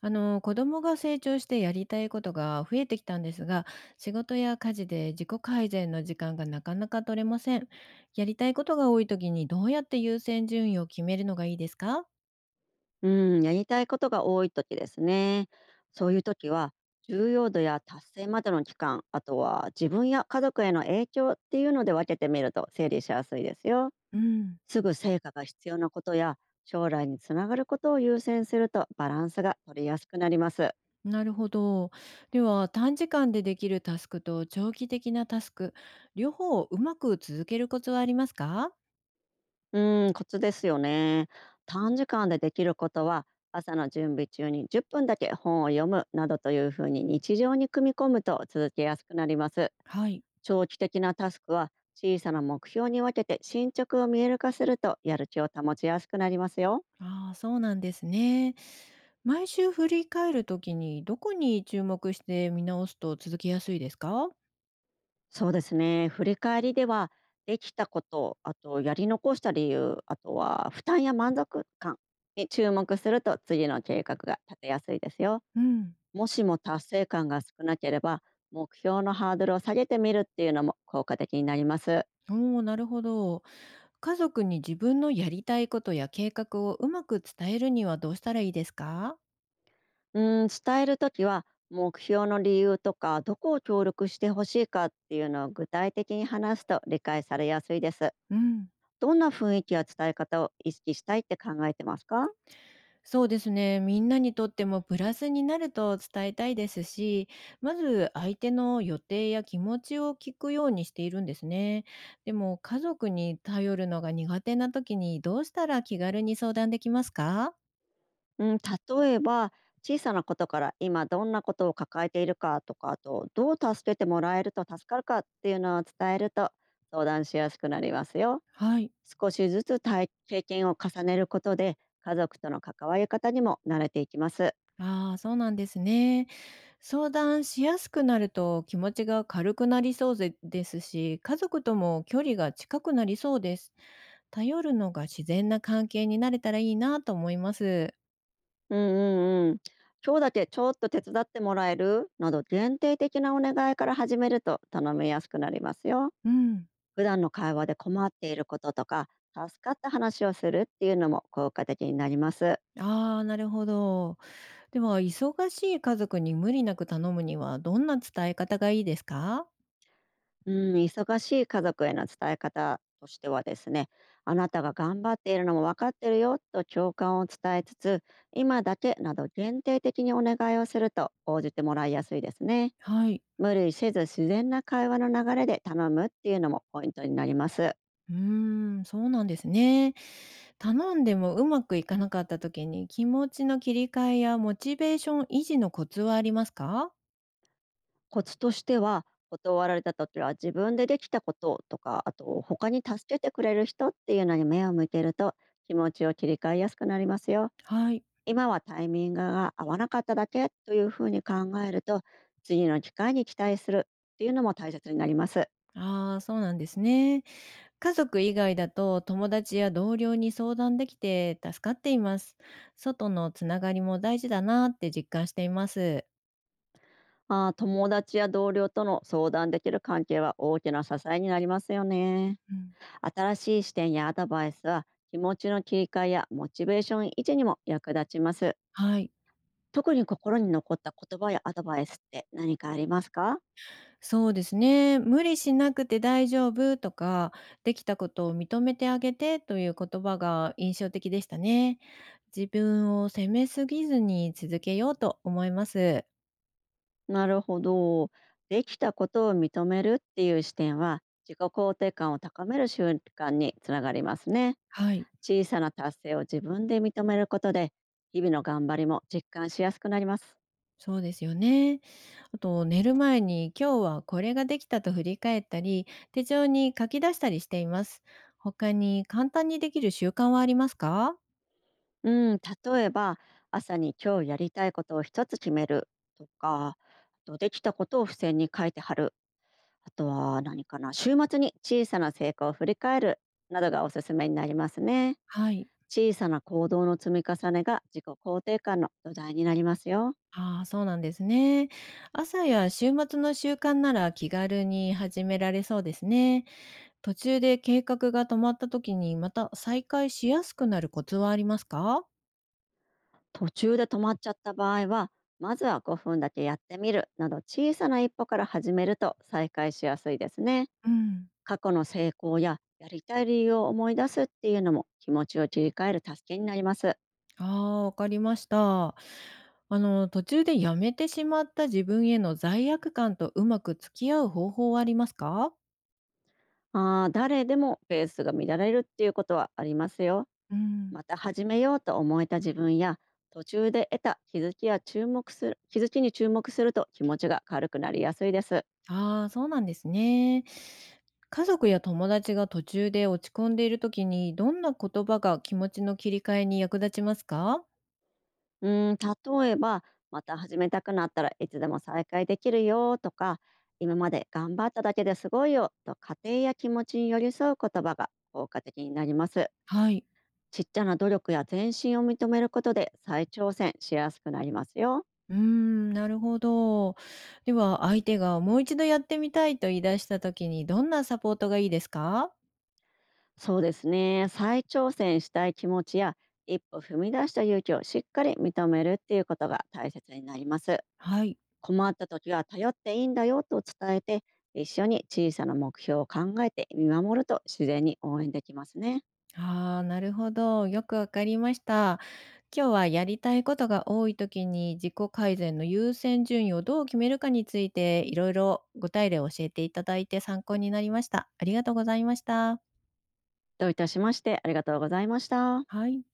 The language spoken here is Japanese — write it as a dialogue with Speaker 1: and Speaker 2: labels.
Speaker 1: 子供が成長してやりたいことが増えてきたんですが、仕事や家事で自己改善の時間がなかなか取れません。やりたいことが多い時にどうやって優先順位を決めるのがいいですか？
Speaker 2: うん、やりたいことが多い時ですね。そういう時は、重要度や達成までの期間、あとは自分や家族への影響っていうので分けてみると整理しやすいですよ。
Speaker 1: うん。
Speaker 2: すぐ成果が必要なことや将来につながることを優先するとバランスが取りやすくなります。
Speaker 1: なるほど。では、短時間でできるタスクと長期的なタスク、両方をうまく続けるコツはありますか？
Speaker 2: うん、コツですよね。短時間でできることは、朝の準備中に10分だけ本を読むなどというふうに日常に組み込むと続けやすくなります。
Speaker 1: はい。
Speaker 2: 長期的なタスクは小さな目標に分けて進捗を見える化するとやる気を保ちやすくなりますよ。
Speaker 1: ああ、そうなんですね。毎週振り返る時にどこに注目して見直すと続けやすいですか？
Speaker 2: そうですね。振り返りではできたこと、あとやり残した理由、あとは負担や満足感に注目すると次の計画が立てやすいですよ。
Speaker 1: うん。
Speaker 2: もしも達成感が少なければ目標のハードルを下げてみるっていうのも効果的になります。
Speaker 1: おお、なるほど。家族に自分のやりたいことや計画をうまく伝えるにはどうしたらいいですか？
Speaker 2: 伝えるときは目標の理由とかどこを協力してほしいかっていうのを具体的に話すと理解されやすいです。
Speaker 1: うん。
Speaker 2: どんな雰囲気や伝え方を意識したいって考えてますか？
Speaker 1: そうですね。みんなにとってもプラスになると伝えたいですし、まず相手の予定や気持ちを聞くようにしているんですね。でも家族に頼るのが苦手な時にどうしたら気軽に相談できますか？
Speaker 2: うん、例えば小さなことから今どんなことを抱えているかとかあとどう助けてもらえると助かるかっていうのを伝えると相談しやすくなりますよ。
Speaker 1: はい。
Speaker 2: 少しずつ体経験を重ねることで家族との関わり方にも慣れていきます。
Speaker 1: ああ、そうなんですね。相談しやすくなると気持ちが軽くなりそうぜですし、家族とも距離が近くなりそうです。頼るのが自然な関係になれたらいいなと思います。
Speaker 2: うんうんうん。今日だけちょっと手伝ってもらえるなど限定的なお願いから始めると頼みやすくなりますよ。
Speaker 1: うん。
Speaker 2: 普段の会話で困っていることとか助かった話をするっていうのも効果的になります。
Speaker 1: ああ、なるほど。では、忙しい家族に無理なく頼むにはどんな伝え方がいいですか？
Speaker 2: うん、忙しい家族への伝え方としてはですね、あなたが頑張っているのも分かってるよと共感を伝えつつ、今だけなど限定的にお願いをすると応じてもらいやすいですね。
Speaker 1: はい。
Speaker 2: 無理せず自然な会話の流れで頼むっていうのもポイントになります。
Speaker 1: うーん、そうなんですね。頼んでもうまくいかなかった時に、気持ちの切り替えやモチベーション維持のコツはありますか？
Speaker 2: コツとしては、断られた時は自分でできたこととかあと他に助けてくれる人っていうのに目を向けると気持ちを切り替えやすくなりますよ。
Speaker 1: はい。
Speaker 2: 今はタイミングが合わなかっただけというふうに考えると、次の機会に期待するっていうのも大切になります。
Speaker 1: ああ、そうなんですね。家族以外だと友達や同僚に相談できて助かっています。外のつながりも大事だなって実感しています。
Speaker 2: あー、友達や同僚との相談できる関係は大きな支えになりますよね。
Speaker 1: うん。
Speaker 2: 新しい視点やアドバイスは気持ちの切り替えやモチベーション維持にも役立ちます。
Speaker 1: はい。
Speaker 2: 特に心に残った言葉やアドバイスって何かありますか？
Speaker 1: そうですね。無理しなくて大丈夫とか、できたことを認めてあげてという言葉が印象的でしたね。自分を責めすぎずに続けようと思います。
Speaker 2: なるほど。できたことを認めるっていう視点は自己肯定感を高める習慣につながりますね。
Speaker 1: はい。
Speaker 2: 小さな達成を自分で認めることで日々の頑張りも実感しやすくなります。
Speaker 1: そうですよね。あと、寝る前に今日はこれができたと振り返ったり、手帳に書き出したりしています。他に簡単にできる習慣はありますか？
Speaker 2: うん、例えば朝に今日やりたいことを一つ決めるとか、あとできたことを付箋に書いて貼る、あとは何かな、週末に小さな成果を振り返るなどがおすすめになりますね。
Speaker 1: はい。
Speaker 2: 小さな行動の積み重ねが自己肯定感の土台になりますよ。
Speaker 1: ああ、そうなんですね。朝や週末の習慣なら気軽に始められそうですね。途中で計画が止まった時にまた再開しやすくなるコツはありますか？
Speaker 2: 途中で止まっちゃった場合は、まずは5分だけやってみるなど小さな一歩から始めると再開しやすいですね。
Speaker 1: うん。
Speaker 2: 過去の成功ややりたい理由を思い出すっていうのも気持ちを切り替える助けになります。
Speaker 1: ああ、わかりました。途中でやめてしまった自分への罪悪感とうまく付き合う方法はありますか？
Speaker 2: あー、誰でもペースが乱れるっていうことはありますよ。
Speaker 1: うん。
Speaker 2: また始めようと思えた自分や、途中で得た気づきや注目する気づきに注目すると気持ちが軽くなりやすいです。
Speaker 1: ああ、そうなんですね。家族や友達が途中で落ち込んでいるときに、どんな言葉が気持ちの切り替えに役立ちますか？
Speaker 2: うーん例えばまた始めたくなったらいつでも再開できるよとか、今まで頑張っただけですごいよと家庭や気持ちに寄り添う言葉が効果的になります。
Speaker 1: はい。
Speaker 2: ちっちゃな努力や前進を認めることで再挑戦しやすくなりますよ。
Speaker 1: うーん、なるほど。では、相手がもう一度やってみたいと言い出したときに、どんなサポートがいいですか？
Speaker 2: そうですね。再挑戦したい気持ちや一歩踏み出した勇気をしっかり認めるっていうことが大切になります。
Speaker 1: はい。
Speaker 2: 困った時は頼っていいんだよと伝えて、一緒に小さな目標を考えて見守ると自然に応援できますね。
Speaker 1: ああ、なるほど。よくわかりました。今日はやりたいことが多い時に自己改善の優先順位をどう決めるかについていろいろ具体例を教えていただいて参考になりました。ありがとうございました。
Speaker 2: どういたしまして。ありがとうございました。
Speaker 1: はい。